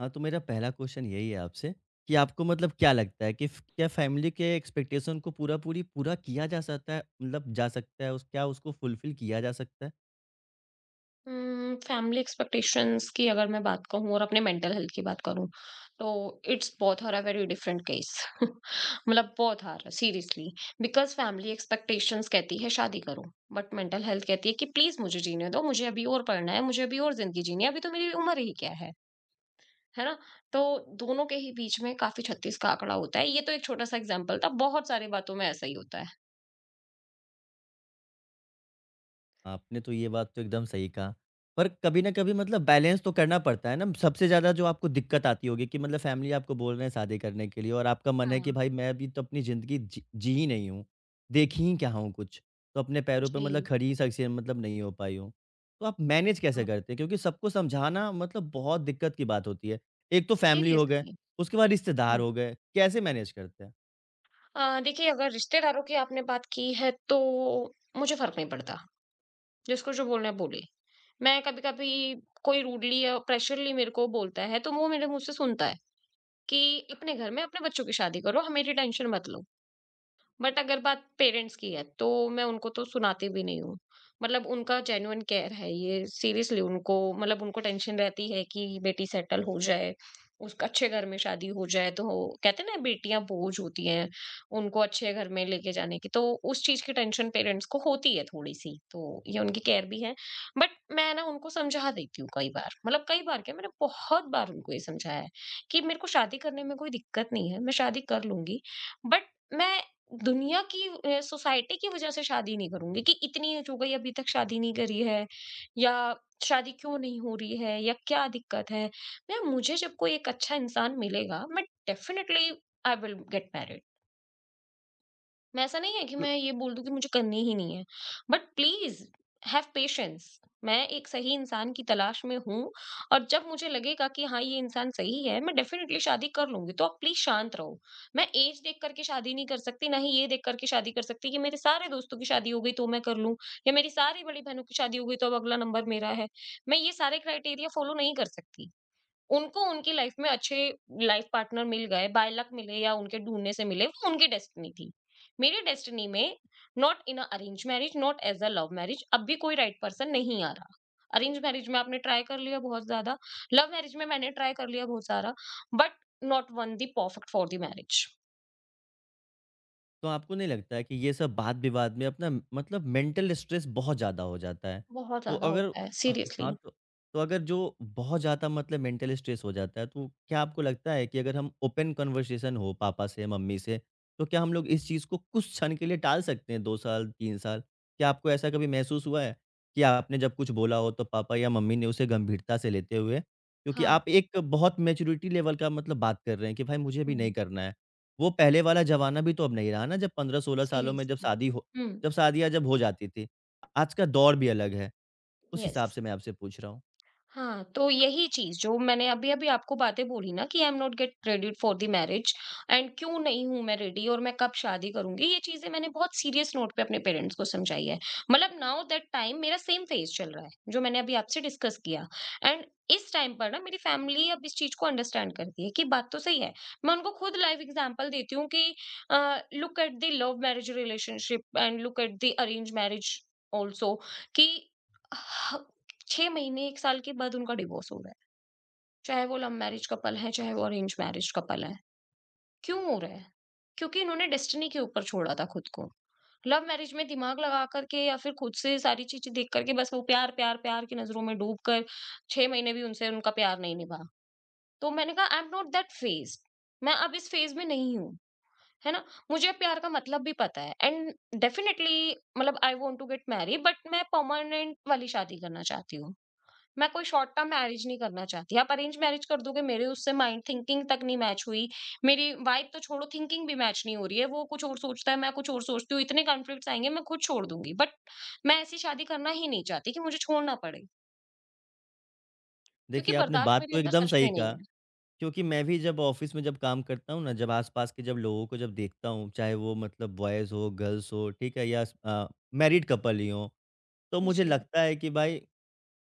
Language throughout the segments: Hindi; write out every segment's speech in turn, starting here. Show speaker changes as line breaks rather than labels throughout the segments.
हाँ, तो मेरा पहला क्वेश्चन यही है आपसे कि आपको मतलब क्या लगता है कि फ क्या फैमिली के एक्सपेक्टेशन को पूरा किया जा सकता है मतलब जा सकता है उस क्या उसको फुलफिल किया जा सकता है?
फैमिली एक्सपेक्टेशंस की अगर मैं बात कहूँ और अपने मेंटल हेल्थ की बात करूँ तो इट्स बहुत are a very different case. मतलब बहुत are seriously. Because family expectations कहती है शादी करो। बट मेंटल हेल्थ कहती है कि प्लीज मुझे जीने दो, मुझे अभी और पढ़ना है, मुझे अभी और जिंदगी जीनी है, अभी तो मेरी उम्र ही क्या है। है ना? तो दोनों के ही बीच में काफी छत्तीस का आंकड़ा होता है। ये तो एक छोटा सा एग्जाम्पल था, बहुत सारी बातों में ऐसा ही होता है।
आपने तो ये बात तो एकदम सही कहा। पर कभी ना कभी मतलब बैलेंस तो करना पड़ता है ना, सबसे ज़्यादा जो आपको दिक्कत आती होगी कि मतलब फैमिली आपको बोल रहे हैं शादी करने के लिए और आपका मन है कि
हाँ।
भाई मैं अभी तो अपनी ज़िंदगी जी जी ही नहीं हूँ, देख ही क्या हूँ कुछ। तो अपने पैरों पे
जी।
मतलब खड़ी ही शख़्सियत मतलब नहीं हो पाई हूँ। तो आप मैनेज कैसे
हाँ।
करते हैं? क्योंकि सबको समझाना मतलब बहुत दिक्कत की बात होती है। एक तो फैमिली हो गए,
सीरियसली।
उसके बाद रिश्तेदार हो गए, कैसे मैनेज करते हैं?
देखिए, अगर रिश्तेदारों की आपने बात की है तो मुझे फ़र्क नहीं पड़ता। जिसको जो बोलना है बोले। मैं कभी-कभी कोई रूडली या प्रेशरली मेरे को बोलता है तो वो मेरे मुँह से सुनता है कि अपने घर में अपने बच्चों की शादी करो, हमेरी टेंशन मत लो। बट अगर बात पेरेंट्स की है तो मैं उनको तो सुनाती भी नहीं हूँ। मतलब उनका जेन्युइन केयर है ये, सीरियसली उनको, मतलब उनको टेंशन रहती है कि बेटी सेटल हो जाए, उसका अच्छे घर में शादी हो जाए। तो कहते हैं ना बेटियाँ बोझ होती हैं, उनको अच्छे घर में लेके जाने की, तो उस चीज़ की टेंशन पेरेंट्स को होती है थोड़ी-सी, तो ये उनकी केयर भी है। बट मैं ना उनको समझा देती हूँ कई बार, मतलब कई बार क्या, मैंने बहुत बार उनको ये समझाया है कि मेरे को शादी करने में कोई दिक्कत नहीं है, मैं शादी कर लूँगी। बट मैं दुनिया की, सोसाइटी की वजह से शादी नहीं करूंगी कि इतनी एज हो गई अभी तक शादी नहीं करी है, या शादी क्यों नहीं हो रही है, या क्या दिक्कत है। मैं मुझे जब कोई एक अच्छा इंसान मिलेगा, मैं definitely I will get married. मैं, ऐसा नहीं है कि मैं ये बोल दूँ कि मुझे करनी ही नहीं है। बट प्लीज़ हैव पेशेंस, मैं एक सही इंसान की तलाश में हूँ और जब मुझे लगेगा कि हाँ, ये इंसान सही है, मैं डेफ़िनेटली शादी कर लूँगी। तो आप प्लीज़ शांत रहो। मैं ऐज देख कर के शादी नहीं कर सकती, ना ही ये देख कर के शादी कर सकती कि मेरे सारे दोस्तों की शादी हो गई तो मैं कर लूँ, या मेरी सारी बड़ी बहनों की शादी हो गई तो अब अगला नंबर मेरा है। मैं ये सारे क्राइटेरिया फ़ॉलो नहीं कर सकती। उनको उनकी लाइफ में अच्छे लाइफ पार्टनर मिल गए, बाय लक मिले या उनके ढूँढने से मिले, वो उनकी डेस्टिनी थी। मेरी डेस्टिनी में, not in a arrange marriage, not as a love marriage, अब भी कोई राइट पर्सन नहीं आ रहा। अरेंज मैरिज में आपने ट्राई कर लिया बहुत ज़्यादा, लव मैरिज में मैंने ट्राई कर लिया बहुत सारा, but not one the perfect for the marriage.
तो आपको नहीं लगता है कि ये सब वाद-विवाद में अपना मतलब मेंटल स्ट्रेस बहुत ज़्यादा हो जाता है?
बहुत
तो
ज़्यादा
अगर
होता है,
अ, हाँ,
सीरियसली।
तो अगर जो बहुत ज़्यादा मतलब मेंटल स्ट्रेस हो जाता है, तो क्या आपको लगता है कि अगर हम ओपन कन्वर्सेशन हो पापा से, मम्मी से, तो क्या हम लोग इस चीज़ को कुछ क्षण के लिए टाल सकते हैं 2 साल, 3 साल? क्या आपको ऐसा कभी महसूस हुआ है कि आपने जब कुछ बोला हो, तो पापा या मम्मी ने उसे गंभीरता से लेते हुए, क्योंकि
हाँ।
आप एक बहुत मैच्योरिटी लेवल का मतलब बात कर रहे हैं कि भाई मुझे भी
हुँ।
नहीं करना है। वो पहले वाला ज़माना भी तो अब नहीं रहा ना, जब 15-16 सालों में
सीरियसली। हुँ।
जब शादियाँ जब हो जाती थी। आज का दौर भी अलग है, उस हिसाब
येस।
से मैं आपसे पूछ रहा हूँ।
हाँ, तो यही चीज़ जो मैंने अभी-अभी आपको बातें बोली ना, कि I am not get ready for the marriage and क्यों नहीं हूँ मैं रेडी, और मैं कब शादी करूँगी, ये चीज़ें मैंने बहुत सीरियस नोट पे अपने पेरेंट्स को समझाई है। मतलब नाउ दैट टाइम मेरा सेम फेज़ चल रहा है, जो मैंने अभी आपसे डिस्कस किया, एंड इस टाइम पर ना मेरी फैमिली अब इस चीज़ को अंडरस्टैंड करती है कि बात तो सही है। मैं उनको खुद लाइव एग्ज़ाम्पल देती हूँ कि look at the love marriage relationship and look at the arrange marriage also, कि 6 महीने 1 साल के बाद उनका डिवोर्स हो रहा है। चाहे वो लव मैरिज कपल है, चाहे वो अरेंज मैरिज कपल है। क्यों हो रहा है? क्योंकि इन्होंने डेस्टिनी के ऊपर छोड़ा था खुद को। लव मैरिज में दिमाग लगा कर के या फिर खुद से सारी चीज़ें देख कर के, बस वो प्यार, प्यार, प्यार की नज़रों में डूब कर, 6 महीने भी उनसे उनका प्यार नहीं निभा। तो मैंने कहा I am not that phase, मैं अब इस फेज़ में नहीं हूँ। है ना? मुझे प्यार का मतलब भी पता है एंड डेफिनिटली, मतलब I want to get married, but मैं परमानेंट वाली शादी करना चाहती हूँ। मैं कोई शॉर्ट टर्म मैरिज नहीं करना चाहती। आप अरेंज मैरिज कर दोगे, मेरे उससे माइंड थिंकिंग तक नहीं मैच हुई। मेरी वाइब तो छोड़ो, थिंकिंग भी मैच नहीं हो रही है। वो कुछ और सोचता है, मैं कुछ और सोचती हूँ। इतने कॉन्फ्लिक्ट्स आएँगे, मैं खुद छोड़ दूँगी। बट मैं ऐसी शादी करना ही नहीं चाहती कि मुझे छोड़ना पड़े। क्योंकि
देखिए, आपने
बर्दाश्त
बात
मेरे
तो
अंदर
एकदम
सच
सही
में नहीं
कहा,
है।
क्योंकि मैं भी जब ऑफ़िस में जब काम करता हूँ ना, जब आस-पास के जब लोगों को जब देखता हूँ, चाहे वो मतलब बॉयज़ हो, गर्ल्स हो, ठीक है? मैरिड कपल ही हों, तो मुझे
जी।
लगता है कि भाई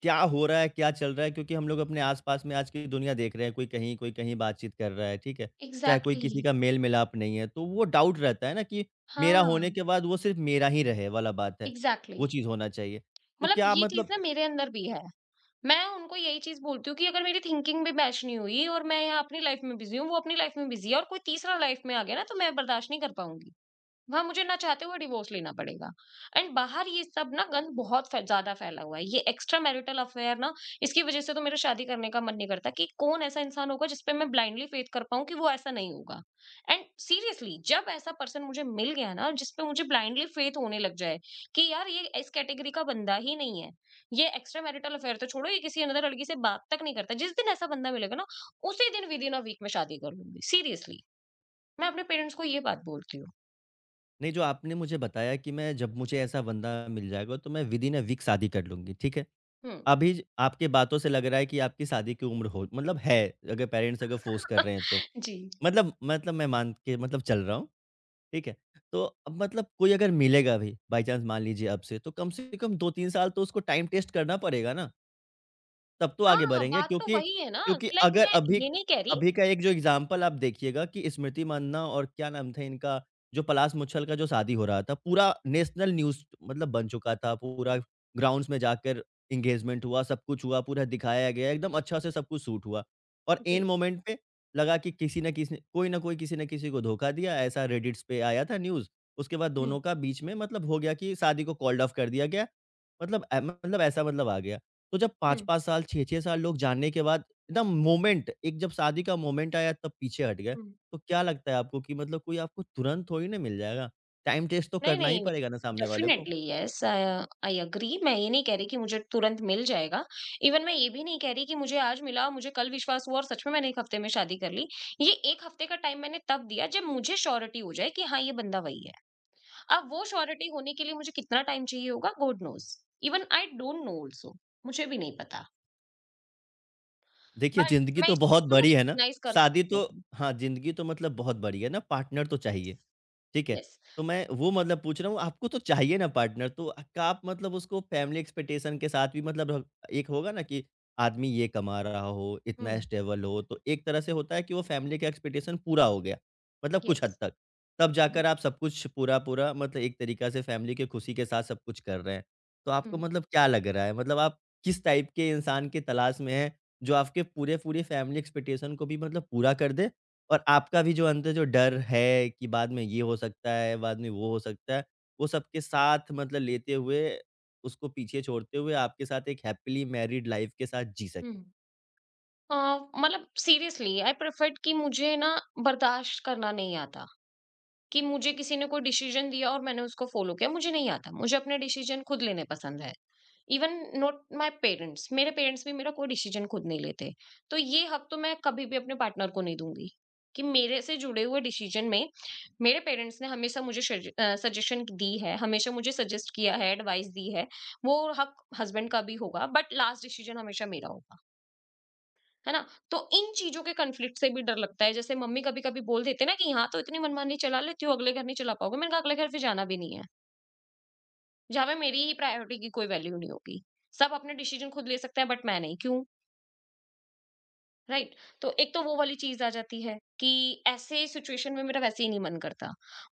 क्या हो रहा है, क्या चल रहा है? क्योंकि हम लोग अपने आस-पास में आज की दुनिया देख रहे हैं, कोई कहीं बातचीत कर रहा है, ठीक है? चाहे कोई
एग्ज़ैक्टली।
किसी का मेल-मिलाप नहीं है, तो वो डाउट रहता है ना कि मेरा होने
हाँ।
के बाद वो सिर्फ़ मेरा ही रहे वाला बात है,
एग्ज़ैक्टली।
वो चीज़ होना चाहिए। तो
मतलब
क्या
ये चीज़
मतलब
ना मेरे अंदर भी है। मैं उनको यही चीज़ बोलती हूँ कि अगर मेरी थिंकिंग भी मैच नहीं हुई और मैं यहाँ अपनी लाइफ़ में बिज़ी हूँ, वो अपनी लाइफ़ में बिज़ी है और कोई तीसरा लाइफ़ में आ गया ना, तो मैं बर्दाश्त नहीं कर पाऊँगी। वहाँ मुझे ना चाहते हुए डिवोर्स लेना पड़ेगा एंड बाहर ये सब ना गंद बहुत ज्यादा फैला हुआ है, ये एक्स्ट्रा मैरिटल अफेयर ना, इसकी वजह से तो मेरा शादी करने का मन नहीं करता कि कौन ऐसा इंसान होगा जिस पे मैं ब्लाइंडली फेथ कर पाऊं कि वो ऐसा नहीं होगा। एंड सीरियसली जब ऐसा पर्सन मुझे मिल गया ना, जिस पे मुझे ब्लाइंडली फेथ होने लग जाए कि यार ये इस कैटेगरी का बंदा ही नहीं है, ये एक्स्ट्रा मैरिटल अफेयर तो छोड़ो, ये किसी अंदर लड़की से बात तक नहीं करता, जिस दिन ऐसा बंदा मिलेगा ना, उसी दिन विद इन अ वीक में शादी कर लूंगी, सीरियसली। मैं अपने पेरेंट्स को ये बात बोलती हूँ।
नहीं, जो आपने मुझे बताया कि मैं जब मुझे ऐसा बंदा मिल जाएगा, तो मैं विदिन अ वीक शादी कर लूँगी, ठीक है?
हम्म।
अभी ज आपकी बातों से लग रहा है कि आपकी शादी की उम्र हो मतलब है, अगर पेरेंट्स अगर फ़ोर्स कर रहे हैं तो।
जी।
मतलब मैं मान के मतलब चल रहा हूँ। ठीक है? तो अब मतलब कोई अगर मिलेगा भी बाय चांस मान लीजिए अब से, तो कम से कम 2-3 साल तो उसको टाइम टेस्ट करना पड़ेगा ना। तब तो आगे
हाँ,
बढ़ेंगे
बात तो
क्योंकि
वही है ना,
क्योंकि
लाइक
अगर
मैं
अभी
ये नहीं कह रही।
अभी का एक जो एग्ज़ाम्पल आप देखिएगा कि स्मृति मानना और क्या नाम था इनका, जो पलाश मुच्छल का जो शादी हो रहा था, पूरा नेशनल न्यूज़ मतलब बन चुका था, पूरा ग्राउंड्स में जाकर एंगेजमेंट हुआ, सब कुछ हुआ, पूरा दिखाया गया, एकदम अच्छा से सब कुछ शूट हुआ। और ऐन
जी।
मोमेंट पे लगा कि किसी न किसी को धोखा दिया, ऐसा रेडिट्स पे आया था न्यूज़। उसके बाद
हुँ।
दोनों का बीच में मतलब हो गया कि शादी को कॉल्ड ऑफ कर दिया गया। मतलब ए मतलब ऐसा मतलब आ गया। तो जब
हुँ।
5-5 साल, 6-6 साल लोग जानने के बाद एकदम मोमेंट एक जब शादी का मोमेंट आया तब पीछे हट गए।
हुँ।
तो क्या लगता है आपको कि मतलब कोई आपको तुरंत थोड़ी ना मिल जाएगा? टाइम टेस्ट तो
नहीं,
करना ही
नहीं, नहीं।
पड़ेगा ना सामने वाले को।
Definitely yes. I I agree, मैं ये नहीं कह रही कि मुझे तुरंत मिल जाएगा। इवन मैं ये भी नहीं कह रही कि मुझे आज मिला, मुझे कल विश्वास हुआ और सच में मैंने 1 हफ्ते में शादी कर ली। ये 1 हफ्ते का टाइम मैंने तब दिया जब मुझे श्योरिटी हो जाए कि हाँ, ये बंदा वही है। अब वो श्योरिटी होने के लिए मुझे कितना टाइम चाहिए होगा, God knows. Even I don't know also, मुझे भी नहीं पता।
देखिए
बट
ज़िंदगी
मैं
तो
इस चीज़
बहुत
को ना
बड़ी है ना,
रिकॉग्नाइज़ कर
शादी
सकती
तो
हूँ।
हाँ, ज़िंदगी तो मतलब बहुत बड़ी है ना, पार्टनर तो
येस,
चाहिए। ठीक है।
येस।
तो मैं वो मतलब पूछ रहा हूँ आपको तो चाहिए ना पार्टनर तो क्या आप मतलब उसको फैमिली एक्सपेक्टेशन के साथ भी मतलब रख एक होगा ना कि आदमी ये कमा रहा हो,
हुँ।
इतना स्टेबल हो, तो एक तरह से होता है कि वो फैमिली का एक्सपेक्टेशन पूरा हो गया, मतलब कुछ हद
यस।
तक। तब
हुँ।
जाकर आप सब कुछ पूरा-पूरा मतलब एक तरीका से फैमिली की खुशी के साथ सब कुछ कर रहे हैं। तो आपको
हुँ।
मतलब क्या लग रहा है? मतलब आप किस टाइप के इंसान की तलाश में हैं, जो आपके पूरे-पूरे फैमिली एक्सपेक्टेशन को भी मतलब पूरा कर दे? और आपका भी जो अंदर जो डर है कि बाद में ये हो सकता है, बाद में वो हो सकता है, वो सबके साथ मतलब लेते हुए, उसको पीछे छोड़ते हुए आपके साथ एक हैपीली मैरिड लाइफ़ के साथ जी
हुँ।
सकें।
अ, मतलब सीरियसली आई प्रेफर्ड कि मुझे ना, बर्दाश्त करना नहीं आता, कि मुझे किसी ने कोई डिसीजन दिया और मैंने उसको फॉलो किया, मुझे नहीं आता। मुझे अपने डिसीजन खुद लेने पसंद है। इवन नॉट माय पेरेंट्स, मेरे पेरेंट्स भी मेरा कोई डिसीजन खुद नहीं लेते। तो ये हक तो मैं कभी भी अपने पार्टनर को नहीं दूँगी, कि मेरे से जुड़े हुए डिसीजन में मेरे पेरेंट्स ने हमेशा मुझे सजेशन दी है, हमेशा मुझे सजेस्ट किया है, एडवाइस दी है। वो हक हस्बैंड का भी होगा, बट लास्ट डिसीजन हमेशा मेरा होगा। है ना? तो इन चीज़ों के कॉन्फ्लिक्ट से भी डर लगता है। जैसे मम्मी कभी-कभी बोल देते हैं ना कि यहाँ तो इतनी मनमानी चला लेती हो, अगले घर नहीं चला पाओगे। मैंने कहा अगले घर फिर जाना भी नहीं है। जहाँ पे मेरी ही प्रायोरिटी की कोई वैल्यू नहीं होगी। सब अपने डिसीज़न खुद ले सकते हैं बट मैं नहीं। क्यों? राइट। तो एक तो वो वाली चीज आ जाती है कि ऐसे सिचुएशन में मेरा वैसे ही नहीं मन करता,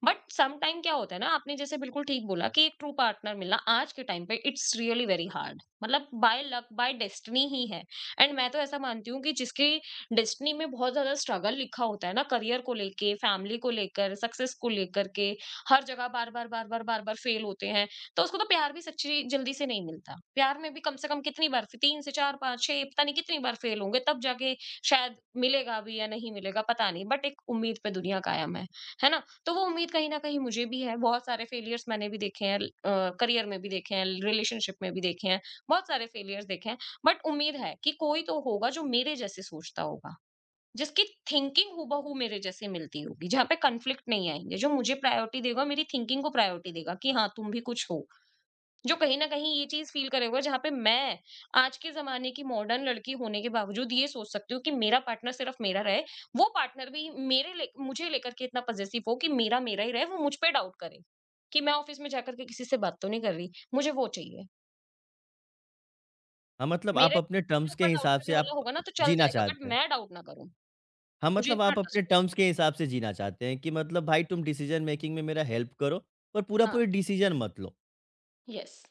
बट सम टाइम क्या होता है ना, आपने जैसे बिल्कुल ठीक बोला कि एक ट्रू पार्टनर मिलना आज के टाइम पे इट्स रियली वेरी हार्ड, मतलब बाय लक, बाय डेस्टिनी ही है। एंड मैं तो ऐसा मानती हूँ कि जिसकी डेस्टिनी में बहुत ज्यादा स्ट्रगल लिखा होता है ना, करियर को लेके, फैमिली को लेकर, सक्सेस को लेकर के हर जगह बार बार बार बार बार बार फेल होते हैं, तो उसको तो प्यार भी सच्ची जल्दी से नहीं मिलता। प्यार में भी कम से कम कितनी बार, तीन से चार पाँच छह, पता नहीं कितनी बार फेल होंगे, तब जाके शायद मिलेगा भी या नहीं मिलेगा, पता नहीं। बट एक उम्मीद पे दुनिया कायम है ना? तो वो उम्मीद कहीं न कहीं मुझे भी है, बहुत सारे फेलियर्स मैंने भी देखे हैं, करियर में भी देखे हैं, रिलेशनशिप में भी देखे हैं, बहुत सारे फेलियर्स देखे हैं। बट उम्मीद है कि कोई तो होगा जो मेरे जैसे सोचता होगा, जिसकी थिंकिंग हूबहू मेरे जैसे मिलती होगी, जहाँ पे कॉन्फ्लिक्ट नहीं आएँगे, जो मुझे प्रायोरिटी देगा, मेरी थिंकिंग को प्रायोरिटी देगा कि हाँ, तुम भी कुछ हो। जो कहीं न कहीं ये चीज़ फ़ील करे हुए है, जहाँ पे मैं आज के ज़माने की मॉडर्न लड़की होने के बावजूद ये सोच सकती हूँ कि मेरा पार्टनर सिर्फ़ मेरा रहे, वो पार्टनर भी मेरे ले मुझे लेकर के इतना पॉज़ेसिव हो कि मेरा मेरा ही रहे, वो मुझ पे डाउट करे कि मैं ऑफ़िस में जाकर के किसी से बात तो नहीं कर रही, मुझे वो चाहिए।
हाँ, मतलब
मेरे
आप अपने
मेरे
टर्म्स के
ऊपर डाउट
हिसाब
करने
से
वाला
आप
होगा ना तो चल
जीना
जाएगा, बट
चाहते हैं।
मैं डाउट ना करूँ,
हाँ,
मुझे
मतलब
इतना
आप
ट्रस्ट
अपने
चाहिए।
टर्म्स के हिसाब से जीना चाहते हैं कि मतलब भाई तुम डिसीज़न मेकिंग में मेरा हेल्प करो पर
हाँ,
पूरा-पूरी डिसीज़न मत लो।
येस।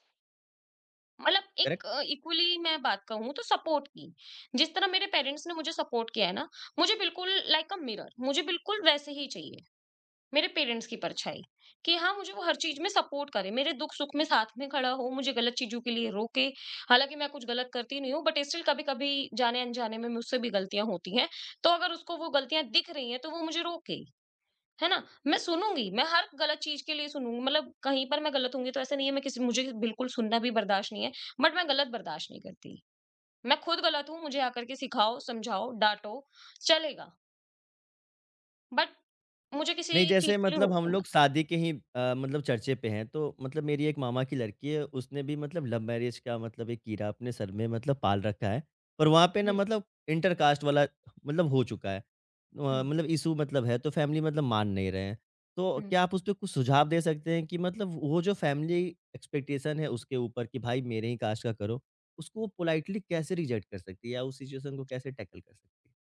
मतलब एक इक्वली मैं बात कहूँ तो सपोर्ट की, जिस तरह मेरे पेरेंट्स ने मुझे सपोर्ट किया है ना, मुझे बिल्कुल लाइक अ मिरर मुझे बिल्कुल वैसे ही चाहिए, मेरे पेरेंट्स की परछाई। कि हाँ, मुझे वो हर चीज में सपोर्ट करे, मेरे दुख सुख में साथ में खड़ा हो, मुझे गलत चीजों के लिए रोके। हालांकि मैं कुछ गलत करती नहीं हूँ, बट स्टिल कभी कभी जाने अनजाने में मुझसे भी गलतियां होती हैं, तो अगर उसको वो गलतियां दिख रही हैं तो वो मुझे रोके, है ना? मैं सुनूँगी, मैं हर गलत चीज़ के लिए सुनूँगी, मतलब कहीं पर मैं गलत होंगी तो ऐसा नहीं है, मैं किसी मुझे बिल्कुल सुनना भी बर्दाश्त नहीं है, बट मैं गलत बर्दाश्त नहीं करती। मैं खुद गलत हूँ, मुझे आकर के सिखाओ, समझाओ, डाँटो, चलेगा, बट मुझे
नहीं,
किसी चीज़
जैसे
के लिए
मतलब हम
रोको मत।
लोग शादी के ही मतलब चर्चे पे हैं, तो मतलब मेरी एक मामा की लड़की है, उसने भी मतलब लव मैरिज का मतलब एक कीड़ा अपने सर में मतलब पाल रखा है। पर वहाँ पे ना
जी,
मतलब इंटर कास्ट वाला मतलब हो चुका है।
हुँ,
मतलब इश्यू मतलब है, तो फैमिली मतलब मान नहीं रहे हैं। तो
हुँ।
क्या आप उसपे कुछ सुझाव दे सकते हैं कि मतलब वो जो फैमिली एक्सपेक्टेशन है उसके ऊपर कि भाई मेरे ही कास्ट का करो, उसको वो पोलाइटली कैसे रिजेक्ट कर सकती है या उस सिचुएशन को कैसे टैकल कर सकती है?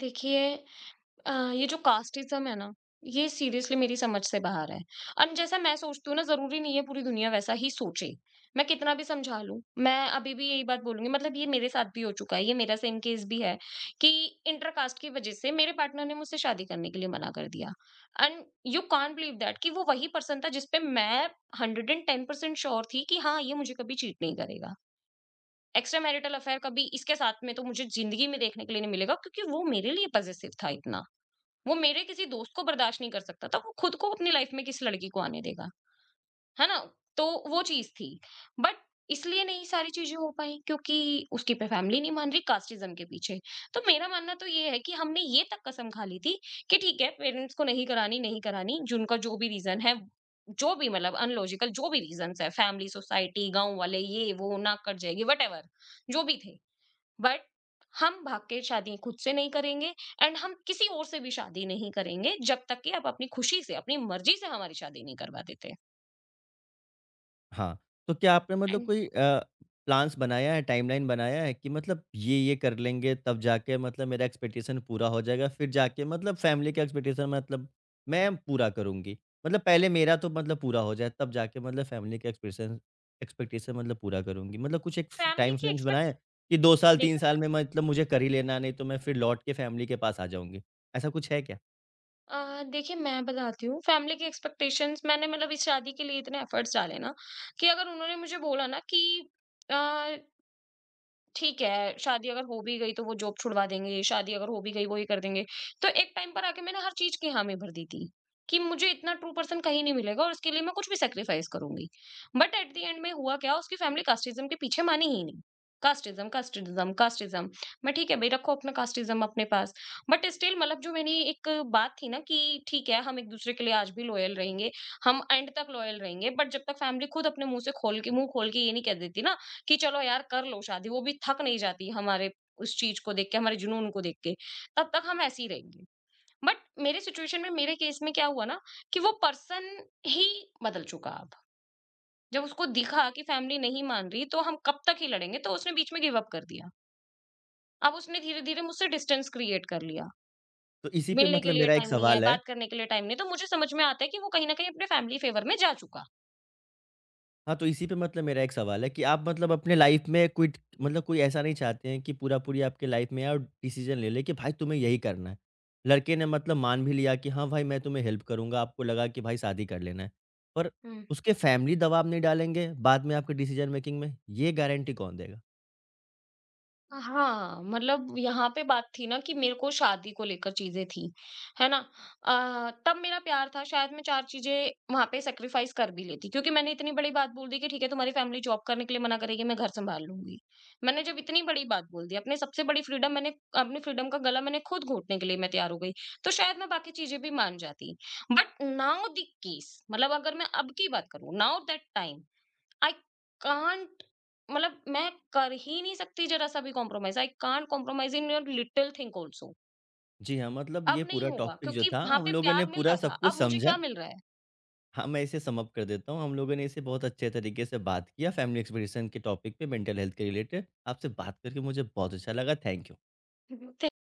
देखिए, ये जो कास्टिज़्म है ना, ये सीरियसली मेरी समझ से बाहर है। एंड जैसा मैं सोचती हूँ ना, ज़रूरी नहीं है पूरी दुनिया वैसा ही सोचे। मैं कितना भी समझा लूँ, मैं अभी भी यही बात बोलूँगी, मतलब ये मेरे साथ भी हो चुका है, ये मेरा सेम केस भी है कि इंटर कास्ट की वजह से मेरे पार्टनर ने मुझसे शादी करने के लिए मना कर दिया। And you can't believe that कि वो वही पर्सन था जिस पे मैं 110% श्योर थी कि हाँ, ये मुझे कभी चीट नहीं करेगा। एक्स्ट्रा मैरिटल अफेयर कभी इसके साथ में तो मुझे ज़िंदगी में देखने के लिए नहीं मिलेगा, क्योंकि वो मेरे लिए पॉज़ेसिव था इतना। वो मेरे किसी दोस्त को बर्दाश्त नहीं कर सकता था, वो खुद को अपनी लाइफ में किस लड़की को आने देगा, है ना? तो वो चीज़ थी। बट इसलिए नहीं सारी चीज़ें हो पाई, क्योंकि उसकी प फैमिली नहीं मान रही कास्टिज़्म के पीछे। तो मेरा मानना तो ये है कि हमने ये तक कसम खा ली थी कि ठीक है पेरेंट्स को नहीं करानी, नहीं करानी, जिनका जो भी रीज़न है, जो भी मतलब अनलॉजिकल जो भी रीज़न्स है, फैमिली, सोसाइटी, गाँव वाले, ये वो, नाक कट जाएगी, व्हाटएवर जो भी थे। बट हम भाग के शादी खुद से नहीं करेंगे, एंड हम किसी और से भी शादी नहीं करेंगे जब तक कि आप अपनी खुशी से अपनी मर्जी से हमारी शादी नहीं करवा देते।
हाँ, तो क्या आपने मतलब
एंड
कोई प्लान्स बनाया है, टाइमलाइन बनाया है कि मतलब ये-ये कर लेंगे तब जाके मतलब मेरा एक्सपेक्टेशन पूरा हो जाएगा, फिर जाके मतलब फैमिली का एक्सपेक्टेशन मतलब मैं पूरा करूँगी। मतलब पहले मेरा तो मतलब पूरा हो जाए तब जाके मतलब फैमिली का एक्सपेक्टेशन एक्सपेक्टेशन मतलब पूरा करूँगी। मतलब कुछ एक फ
फैमिली
टाइम
की
फ्रेम्स
एक्सपेक्ट
बनाएँ कि 2 साल, 3
देखिए
साल में मतलब मुझे कर ही लेना, नहीं तो मैं फिर लौट के फैमिली के पास आ जाऊँगी। ऐसा कुछ है क्या?
अ, देखिए, मैं बताती हूँ, फैमिली की एक्सपेक्टेशंस, मैंने मतलब इस शादी के लिए इतने एफर्ट्स डाले ना, कि अगर उन्होंने मुझे बोला ना कि ठीक है, शादी अगर हो भी गई तो वो जॉब छुड़वा देंगे, शादी अगर हो भी गई वो ये कर देंगे। तो एक टाइम पर आके मैंने हर चीज़ की हामी भर दी थी, कि मुझे इतना ट्रू पर्सन कहीं नहीं मिलेगा और इसके लिए मैं कुछ भी सैक्रिफाइस करूँगी। बट एट द एंड में हुआ क्या, उसकी फैमिली कास्टिज़्म के पीछे मानी ही नहीं। Casteism, casteism, casteism. मैं, ठीक है भई, रखो अपना कास्टिज़्म अपने पास। बट स्टिल मतलब जो मैंने एक बात थी ना कि ठीक है, हम एक-दूसरे के लिए आज भी लॉयल रहेंगे, हम एंड तक लॉयल रहेंगे, बट जब तक फैमिली खुद अपने मुँह से खोल के, मुँह खोल के ये नहीं कह देती ना कि चलो यार कर लो शादी, वो भी थक नहीं जाती हमारे उस चीज़ को देख के, हमारे जुनून को देख के, तब तक हम ऐसे ही रहेंगे। बट मेरे सिचुएशन में, मेरे केस में क्या हुआ ना कि वो पर्सन ही बदल चुका अब। जब उसको दिखा कि फैमिली नहीं मान रही, तो हम कब तक ही लड़ेंगे, तो उसने बीच में गिव अप कर दिया। अब उसने धीरे-धीरे मुझसे डिस्टेंस क्रिएट कर लिया।
तो इसी पे
मिलने के
मतलब
लिए
मेरा एक
टाइम नहीं है,
सवाल है।
बात करने के लिए टाइम नहीं है, तो मुझे समझ में आता है कि वो कहीं न कहीं अपने फैमिली फेवर में जा चुका।
हाँ, तो इसी पे मतलब मेरा एक सवाल है कि आप मतलब अपने लाइफ में क्विट मतलब कोई ऐसा नहीं चाहते हैं कि पूरा-पूरी आपके लाइफ में और डिसीज़न ले ले कि भाई तुम्हें यही करना है। लड़के ने मतलब मान भी लिया कि हाँ भाई मैं तुम्हें हेल्प करूँगा, आपको लगा कि भाई शादी कर लेना है। पर उसके फैमिली दबाव नहीं डालेंगे बाद में आपके डिसीज़न मेकिंग में, ये गारंटी कौन देगा?
हाँ, मतलब यहाँ पे बात थी ना कि मेरे को शादी को लेकर चीजें थी, है ना? तब मेरा प्यार था, शायद मैं 4 चीजें वहाँ पे सैक्रिफाइस कर भी लेती, क्योंकि मैंने इतनी बड़ी बात बोल दी कि ठीक है, तुम्हारी फैमिली जॉब करने के लिए मना करेगी, मैं घर संभाल लूँगी। मैंने जब इतनी बड़ी बात बोल दी, अपने सबसे बड़ी फ्रीडम मैंने, अपनी फ्रीडम का गला मैंने खुद घोंटने के लिए मैं तैयार हो गई, तो शायद मैं बाकी चीजें भी मान जाती। बट नाउ द केस, मतलब अगर मैं अब की बात करूँ, now that time I can't, मतलब मैं कर ही नहीं सकती, जरा सा भी compromise, I can't compromise in your little thing also.
जी हाँ, मतलब
अब
ये
नहीं
पूरा
होगा,
टॉपिक जो
क्योंकि
था
वहां
हम
पे
लोगों ने
प्यार मिल रहा
पूरा
था,
सब कुछ
अब मुझे क्या
समझा।
मिल रहा
हाँ, मैं इसे सम अप कर देता हूँ। हम लोगों ने इसे बहुत अच्छे तरीके से बात किया, फैमिली एक्सपेक्टेशन के टॉपिक पे मेंटल हेल्थ के रिलेटेड। आपसे बात करके मुझे बहुत अच्छा लगा। Thank you.
है